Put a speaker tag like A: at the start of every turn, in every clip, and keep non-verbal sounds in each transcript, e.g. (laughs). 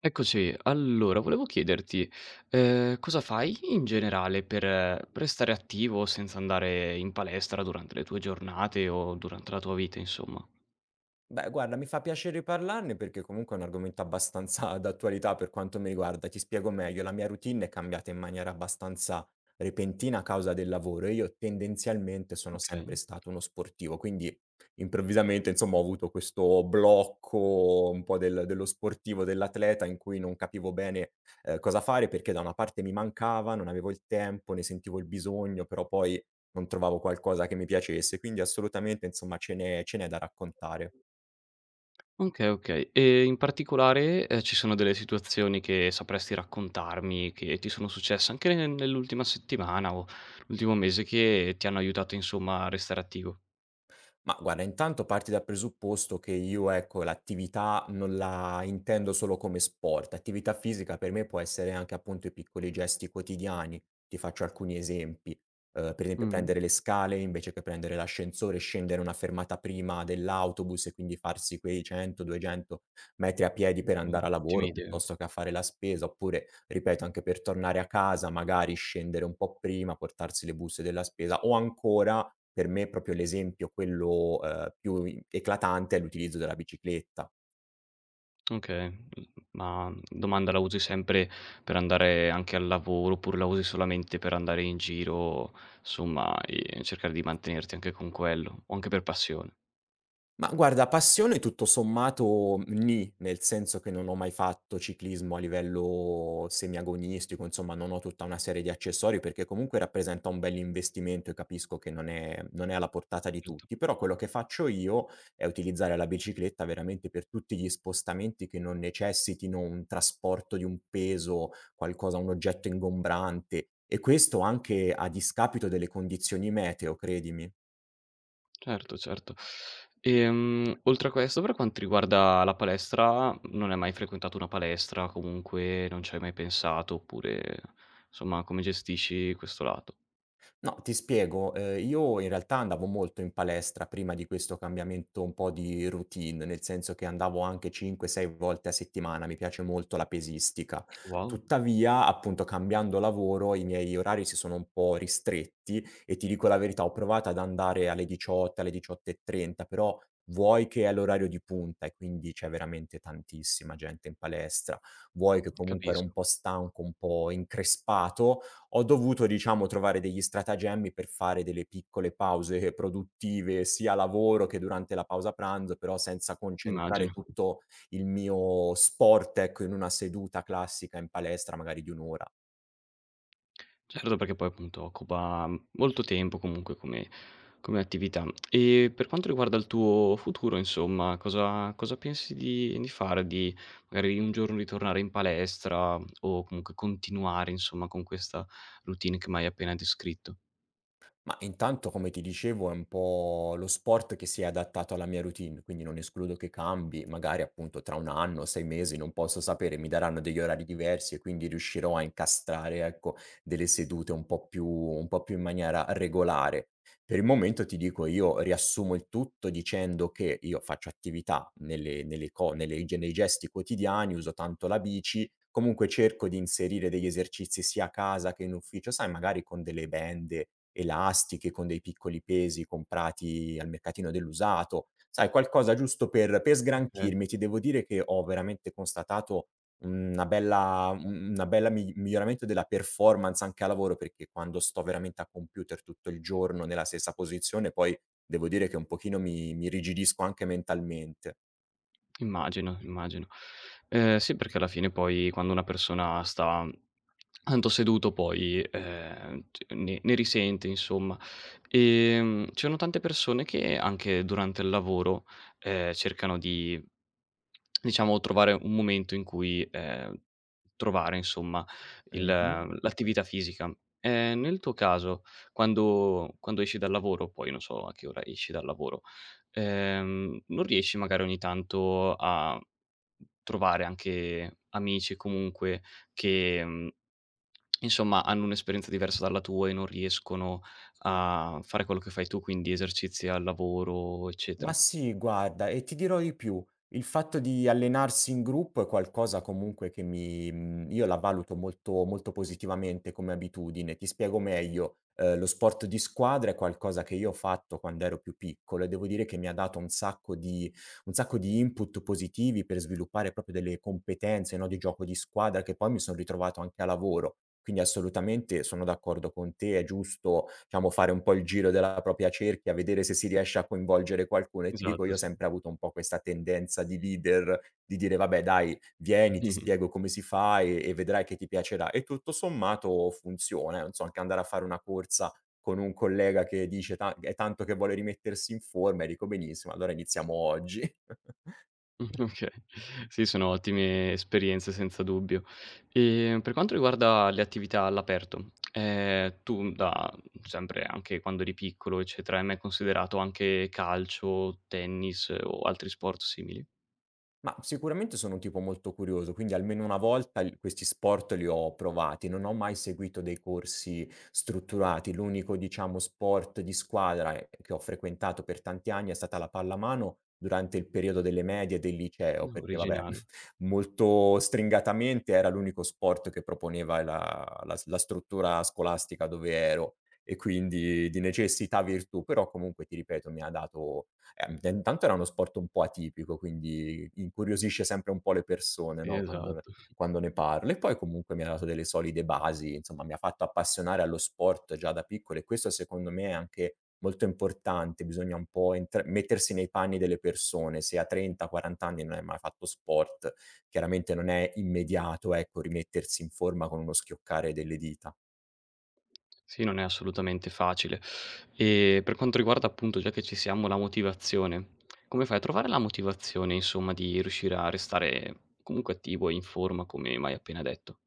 A: Eccoci, allora volevo chiederti, cosa fai in generale per restare attivo senza andare in palestra durante le tue giornate o durante la tua vita insomma?
B: Beh, guarda, mi fa piacere parlarne perché comunque è un argomento abbastanza (laughs) d'attualità per quanto mi riguarda. Ti spiego meglio, la mia routine è cambiata in maniera abbastanza repentina a causa del lavoro e io tendenzialmente sono
A: Okay.
B: sempre stato uno sportivo, quindi improvvisamente, insomma, ho avuto questo blocco un po' dello sportivo, dell'atleta, in cui non capivo bene cosa fare perché da una parte mi mancava, non avevo il tempo, ne sentivo il bisogno, però poi non trovavo qualcosa che mi piacesse, quindi assolutamente, insomma, ce n'è da raccontare.
A: Okay, okay. E in particolare, ci sono delle situazioni che sapresti raccontarmi che ti sono successe anche ne nell'ultima settimana o l'ultimo mese che ti hanno aiutato insomma a restare attivo?
B: Ma guarda, intanto parti dal presupposto che io, ecco, l'attività non la intendo solo come sport. Attività fisica per me può essere anche appunto i piccoli gesti quotidiani. Ti faccio alcuni esempi. Per esempio,
A: Mh-mh.
B: prendere le scale invece che prendere l'ascensore, scendere una fermata prima dell'autobus e quindi farsi quei 100-200 metri a piedi per andare a
A: Ottime
B: lavoro
A: idee.
B: piuttosto che a fare la spesa. Oppure, ripeto, anche per tornare a casa, magari scendere un po' prima, portarsi le buste della spesa o ancora, per me, proprio l'esempio quello, più i eclatante è l'utilizzo della bicicletta.
A: Okay, ma domanda, la usi sempre per andare anche al lavoro, oppure la usi solamente per andare in giro, somma, e cercare di mantenerti anche con quello, o anche per passione?
B: Ma guarda, passione tutto sommato nì, nel senso che non ho mai fatto ciclismo a livello semiagonistico, insomma non ho tutta una serie di accessori perché comunque rappresenta un bell'investimento e capisco che non è alla portata di
A: Certo,
B: tutti, però quello che faccio io è utilizzare la bicicletta veramente per tutti gli spostamenti che non necessitino un trasporto di un peso, qualcosa, un oggetto ingombrante, e questo anche a discapito delle condizioni meteo, credimi.
A: certo, certo. Oltre a questo, per quanto riguarda la palestra, non hai mai frequentato una palestra, comunque non ci hai mai pensato, oppure, somma, come gestisci questo lato?
B: No, ti spiego, io in realtà andavo molto in palestra prima di questo cambiamento un po' di routine, nel senso che andavo anche 5, 6 volte a settimana, mi piace molto la pesistica.
A: Wow,
B: Tuttavia, appunto, cambiando lavoro i miei orari si sono un po' ristretti e ti dico la verità, ho provato ad andare alle 18, alle 18:30, però vuoi che è l'orario di punta e quindi c'è veramente tantissima gente in palestra, vuoi che comunque ero un
A: capisco,
B: po' stanco, un po' increspato, ho dovuto, diciamo, trovare degli stratagemmi per fare delle piccole pause produttive, sia a lavoro che durante la pausa pranzo, però senza concentrare
A: immagino.
B: tutto il mio sport, ecco, in una seduta classica in palestra magari di 1 ora.
A: Certo, perché poi appunto occupa molto tempo comunque come attività. E per quanto riguarda il tuo futuro insomma, cosa pensi di fare? Di magari un giorno ritornare in palestra o comunque continuare insomma con questa routine che m'hai appena descritto?
B: Ma intanto, come ti dicevo, è un po' lo sport che si è adattato alla mia routine, quindi non escludo che cambi, magari appunto tra un anno, sei mesi, non posso sapere, mi daranno degli orari diversi e quindi riuscirò a incastrare, ecco, delle sedute un po' più in maniera regolare. Per il momento ti dico, io riassumo il tutto dicendo che io faccio attività nei gesti quotidiani, uso tanto la bici, comunque cerco di inserire degli esercizi sia a casa che in ufficio, sai magari con delle bende elastiche, con dei piccoli pesi comprati al mercatino dell'usato, sai, qualcosa giusto per sgranchirmi. Ti devo dire che ho veramente constatato una bella un una bella mi miglioramento della performance anche a lavoro, perché quando sto veramente a computer tutto il giorno nella stessa posizione, poi devo dire che un pochino mi irrigidisco anche mentalmente.
A: Immagino, immagino. Sì, perché alla fine poi quando una persona sta tanto seduto poi, c ne risente insomma. C'erano tante persone che anche durante il lavoro, cercano di diciamo trovare un momento in cui, trovare insomma il
B: Mh-mh.
A: l'attività fisica. Nel tuo caso, quando esci dal lavoro, poi non so a che ora esci dal lavoro. Non riesci magari ogni tanto a trovare anche amici comunque che, insomma hanno un'esperienza diversa dalla tua e non riescono a fare quello che fai tu, quindi esercizi al lavoro,
B: Ma
A: eccetera.
B: sì, guarda, e ti dirò di più, il fatto di allenarsi in gruppo è qualcosa comunque che mi io la valuto molto molto positivamente come abitudine. Ti spiego meglio: lo sport di squadra è qualcosa che io ho fatto quando ero più piccolo e devo dire che mi ha dato un sacco di input positivi per sviluppare proprio delle competenze, no, di gioco di squadra che poi mi son ritrovato anche a lavoro. Quindi assolutamente sono d'accordo con te, è giusto, diciamo, fare un po' il giro della propria cerchia, vedere se si riesce a coinvolgere qualcuno e ti dico,
A: Esatto,
B: io ho
A: sì.
B: sempre avuto un po' questa tendenza di leader, di dire: "Vabbè dai, vieni, ti
A: (laughs)
B: spiego come si fa e vedrai che ti piacerà." E tutto sommato funziona, non so, anche andare a fare una corsa con un collega che dice: "Ta è tanto che vuole rimettersi in forma", e dico: "Benissimo, allora iniziamo oggi". (laughs)
A: (laughs) Okay. Sì, sono ottime esperienze senza dubbio. Per quanto riguarda le attività all'aperto, tu da sempre anche quando eri piccolo, eccetera, hai mai considerato anche calcio, tennis o altri sport simili?
B: Ma sicuramente sono un tipo molto curioso, quindi almeno una volta il questi sport li ho provati. Non ho mai seguito dei corsi strutturati. L'unico, diciamo, sport di squadra, che ho frequentato per tanti anni è stata la pallamano durante il periodo delle medie e del liceo, perché vabbè,
A: Originale.
B: (laughs) molto stringatamente era l'unico sport che proponeva la struttura scolastica dove ero, e quindi di necessità virtù, però comunque ti ripeto mi ha dato. T Intanto era uno sport un po' atipico, quindi incuriosisce sempre un po' le persone,
A: Sì,
B: no,
A: esatto.
B: quando ne parlo. E poi comunque mi ha dato delle solide basi, insomma mi ha fatto appassionare allo sport già da piccolo e questo secondo me è anche molto importante, bisogna un po' entr mettersi nei panni delle persone. Se a 30, 40 anni non hai mai fatto sport, chiaramente non è immediato, ecco, rimettersi in forma con uno schioccare delle dita.
A: Sì, non è assolutamente facile. E per quanto riguarda appunto, già che ci siamo, la motivazione, come fai a trovare la motivazione insomma di riuscire a restare comunque attivo e in forma come m'hai appena detto?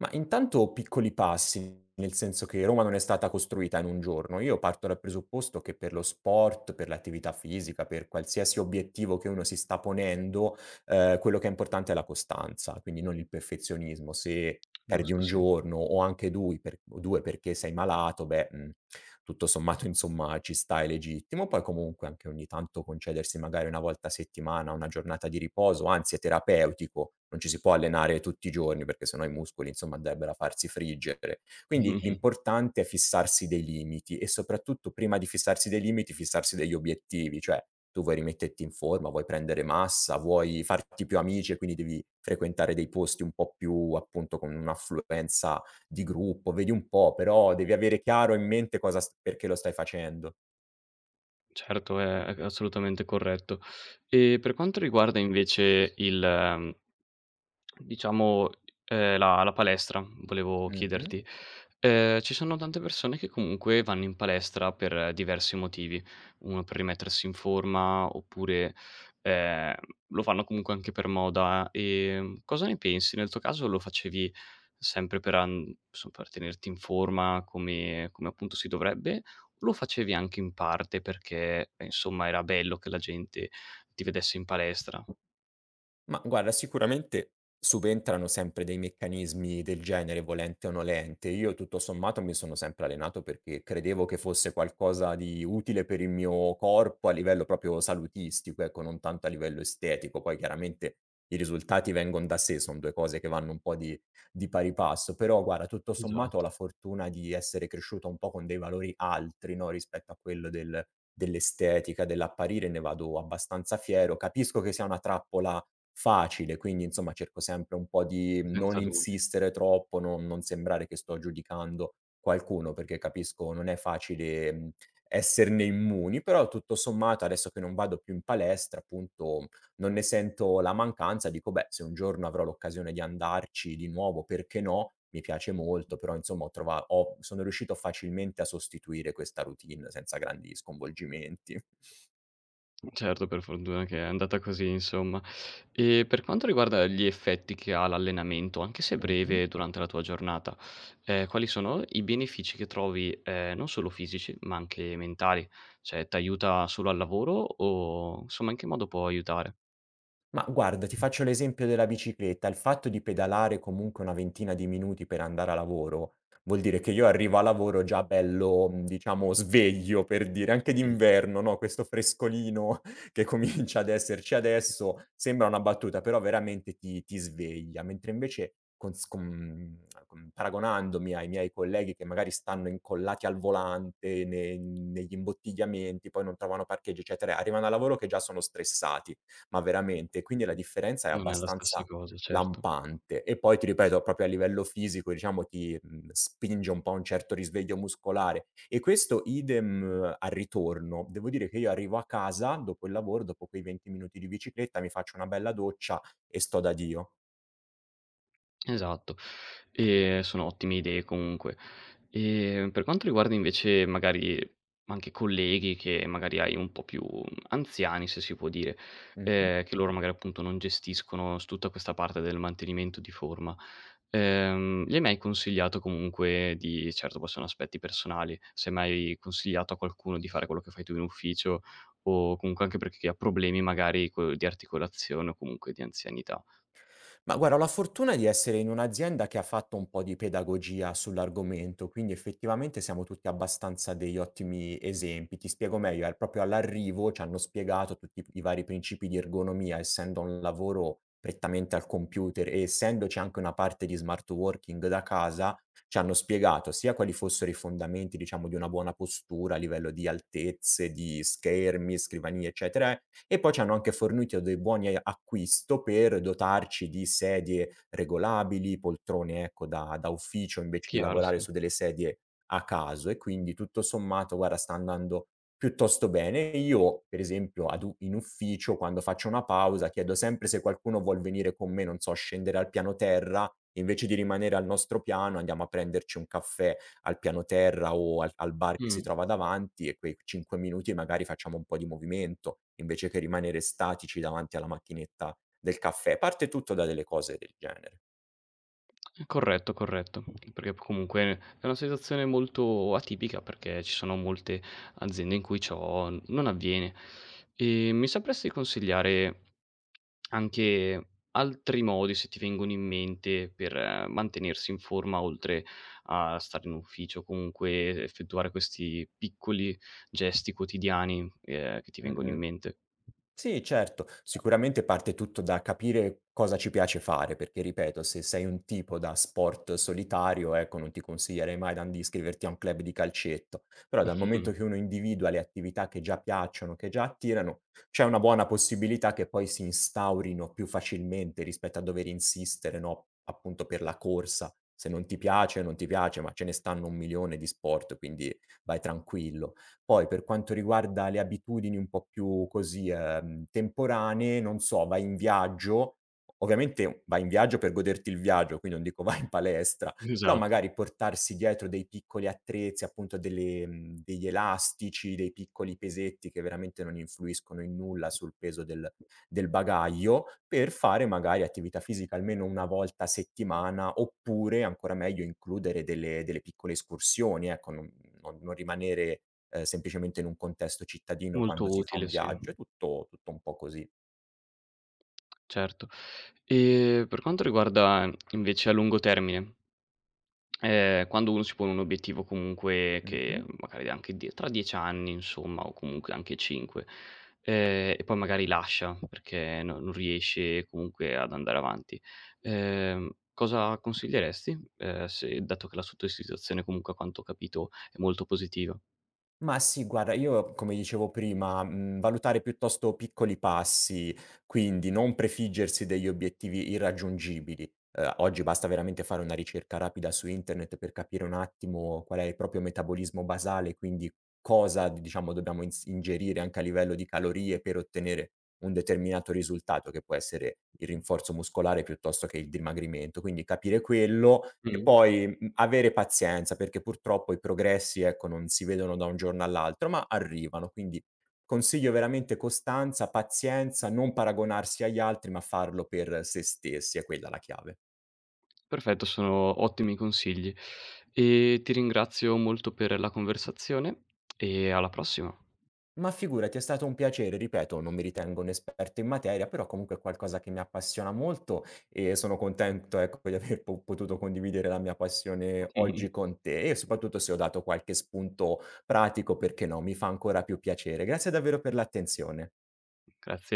B: Ma intanto piccoli passi, nel senso che Roma non è stata costruita in un giorno. Io parto dal presupposto che per lo sport, per l'attività fisica, per qualsiasi obiettivo che uno si sta ponendo, quello che è importante è la costanza, quindi non il perfezionismo. Se perdi
A: Giusto,
B: 1
A: sì.
B: giorno o anche dui per o 2 perché sei malato, beh, mhmm tutto sommato insomma ci sta, è legittimo. Poi comunque anche ogni tanto concedersi magari una volta a settimana una giornata di riposo, anzi è terapeutico, non ci si può allenare tutti i giorni perché sennò i muscoli insomma andrebbero a farsi friggere. Quindi
A: Mh-mh.
B: l'importante è fissarsi dei limiti e soprattutto prima di fissarsi dei limiti, fissarsi degli obiettivi, cioè tu vuoi rimetterti in forma, vuoi prendere massa, vuoi farti più amici e quindi devi frequentare dei posti un po' più appunto con un'affluenza di gruppo, vedi un po', però devi avere chiaro in mente cosa st perché lo stai facendo.
A: Certo, è assolutamente corretto. E per quanto riguarda invece il diciamo, la palestra, volevo
B: Mh-mh.
A: chiederti. Ci sono tante persone che comunque vanno in palestra per diversi motivi. Uno per rimettersi in forma, oppure, ehm, lo fanno comunque anche per moda. Cosa ne pensi? Nel tuo caso lo facevi sempre per an so per tenerti in forma come appunto si dovrebbe, o lo facevi anche in parte perché, insomma era bello che la gente ti vedesse in palestra?
B: Ma guarda, sicuramente subentrano sempre dei meccanismi del genere, volente o nolente. Io tutto sommato mi sono sempre allenato perché credevo che fosse qualcosa di utile per il mio corpo a livello proprio salutistico, ecco, non tanto a livello estetico. Poi chiaramente i risultati vengono da sé, sono due cose che vanno un po' di, pari passo. Però guarda, tutto sommato ho
A: Esatto,
B: la fortuna di essere cresciuto un po' con dei valori altri, no, rispetto a quello dell'estetica, dell'apparire, ne vado abbastanza fiero. Capisco che sia una trappola facile, quindi insomma cerco sempre un po' di non
A: senza dubbio.
B: insistere troppo, non sembrare che sto giudicando qualcuno, perché capisco non è facile, esserne immuni, però tutto sommato adesso che non vado più in palestra appunto non ne sento la mancanza, dico: "Beh, se un giorno avrò l'occasione di andarci di nuovo, perché no?" Mi piace molto, però insomma ho trova ho sono riuscito facilmente a sostituire questa routine senza grandi sconvolgimenti.
A: Certo, per fortuna che è andata così insomma. E per quanto riguarda gli effetti che ha l'allenamento, anche se
B: Mh-mh.
A: breve, durante la tua giornata, quali sono i benefici che trovi, non solo fisici, ma anche mentali? Cioè t'aiuta solo al lavoro o insomma in che modo può aiutare?
B: Ma guarda, ti faccio l'esempio della bicicletta. Il fatto di pedalare comunque una ventina di minuti per andare a lavoro, vuol dire che io arrivo a lavoro già bello, diciamo sveglio, per dire, anche
A: Mh-mh.
B: d'inverno, no, questo frescolino (laughs) che comincia ad esserci adesso, sembra una battuta, però veramente ti sveglia. Mentre invece con s con mhmm, con paragonandomi ai miei colleghi che magari stanno incollati al volante, ne negli imbottigliamenti, poi non trovano parcheggio, eccetera, arrivano a lavoro che già sono stressati, ma veramente. Quindi
A: Mh.
B: la differenza è
A: Non è la stessa
B: abbastanza
A: cosa, certo.
B: lampante. E poi ti ripeto, proprio a livello fisico, diciamo, spinge un po' a un certo risveglio muscolare. E questo idem al ritorno. Devo dire che io arrivo a casa dopo il lavoro, dopo quei 20 minuti di bicicletta, mi faccio una bella doccia e sto da Dio.
A: Esatto. Sono ottime idee comunque. Per quanto riguarda invece magari anche colleghi che magari hai un po' più anziani, se si può dire,
B: Mh.
A: che loro magari appunto non gestiscono s tutta questa parte del mantenimento di forma, gli hai mai consigliato comunque di certo poi sono aspetti personali, se hai mai consigliato a qualcuno di fare quello che fai tu in ufficio o comunque anche perché chi ha problemi magari co di articolazione o comunque di anzianità?
B: Ma guarda, ho la fortuna di essere in un'azienda che ha fatto un po' di pedagogia sull'argomento, quindi effettivamente siamo tutti abbastanza degli ottimi esempi. Ti spiego meglio, proprio all'arrivo ci hanno spiegato tutti i vari principi di ergonomia, essendo un lavoro prettamente al computer e essendoci anche una parte di smart working da casa, ci hanno spiegato sia quali fossero i fondamenti, diciamo, di una buona postura a livello di altezze, di schermi, scrivanie, eccetera, e poi ci hanno anche fornito dei buoni a acquisto per dotarci di sedie regolabili, poltrone, ecco, da ufficio, invece di
A: Chiaro,
B: lavorare
A: sì.
B: su delle sedie a caso, e quindi tutto sommato, guarda, sta andando piuttosto bene. Io per esempio ad u in ufficio quando faccio una pausa chiedo sempre se qualcuno vuol venire con me, non so, scendere al piano terra e invece di rimanere al nostro piano andiamo a prenderci un caffè al piano terra o al bar che si
A: Mh.
B: trova davanti e quei 5 minuti magari facciamo un po' di movimento, invece che rimanere statici davanti alla macchinetta del caffè. Parte tutto da delle cose del genere.
A: Corretto, corretto, perché comunque è una situazione molto atipica perché ci sono molte aziende in cui ciò non avviene. Mi sapresti consigliare anche altri modi, se ti vengono in mente, per mantenersi in forma oltre a stare in ufficio, comunque effettuare questi piccoli gesti quotidiani, che ti vengono in
B: Mh-mh.
A: mente?
B: Sì, certo. Sicuramente parte tutto da capire cosa ci piace fare, perché ripeto, se sei un tipo da sport solitario, ecco, non ti consiglierei mai dan di iscriverti a un club di calcetto. Però
A: (laughs)
B: dal
A: Mh-mh.
B: momento che uno individua le attività che già piacciono, che già attirano, c'è una buona possibilità che poi si instaurino più facilmente rispetto a dover insistere, no, appunto per la corsa. Se non ti piace, non ti piace, ma ce ne stanno un milione di sport, quindi vai tranquillo. Poi per quanto riguarda le abitudini un po' più così, temporanee, non so, vai in viaggio, ovviamente vai in viaggio per goderti il viaggio, quindi non dico (laughs) vai in palestra, però
A: Esatto,
B: magari portarsi dietro dei piccoli attrezzi, appunto delle, degli elastici, dei piccoli pesetti che veramente non influiscono in nulla sul peso del bagaglio, per fare magari attività fisica almeno 1 volta a settimana, oppure ancora meglio includere delle piccole escursioni, ecco, non rimanere semplicemente in un contesto cittadino quando
A: molto
B: si fa
A: utile,
B: un
A: sì.
B: viaggio, è tutto tutto un po' così.
A: Certo. E per quanto riguarda invece a lungo termine, quando uno si pone un obiettivo comunque che
B: Mh-mh.
A: magari anche die tra 10 anni insomma, o comunque anche 5, e poi magari lascia perché no non riesce comunque ad andare avanti, cosa consiglieresti? Se dato che la sua situazione comunque a quanto ho capito è molto positiva.
B: Ma sì, guarda, io come dicevo prima, valutare piuttosto piccoli passi, quindi non prefiggersi degli obiettivi irraggiungibili. Oggi basta veramente fare una ricerca rapida su internet per capire un attimo qual è il proprio metabolismo basale, quindi cosa, diciamo, dobbiamo ins ingerire anche a livello di calorie per ottenere un determinato risultato, che può essere il rinforzo muscolare piuttosto che il dimagrimento. Quindi capire quello e
A: Mh.
B: poi, avere pazienza, perché purtroppo i progressi, ecco, non si vedono da un giorno all'altro, ma arrivano. Quindi consiglio veramente costanza, pazienza, non paragonarsi agli altri, ma farlo per se stessi, è quella la chiave.
A: Perfetto, sono ottimi consigli e ti ringrazio molto per la conversazione e alla prossima.
B: Ma figurati, è stato un piacere, ripeto, non mi ritengo un esperto in materia, però comunque è qualcosa che mi appassiona molto e sono contento, ecco, di aver potuto condividere la mia passione oggi
A: (laughs)
B: con te e soprattutto se ho dato qualche spunto pratico, perché no, mi fa ancora più piacere. Grazie davvero per l'attenzione.
A: Grazie.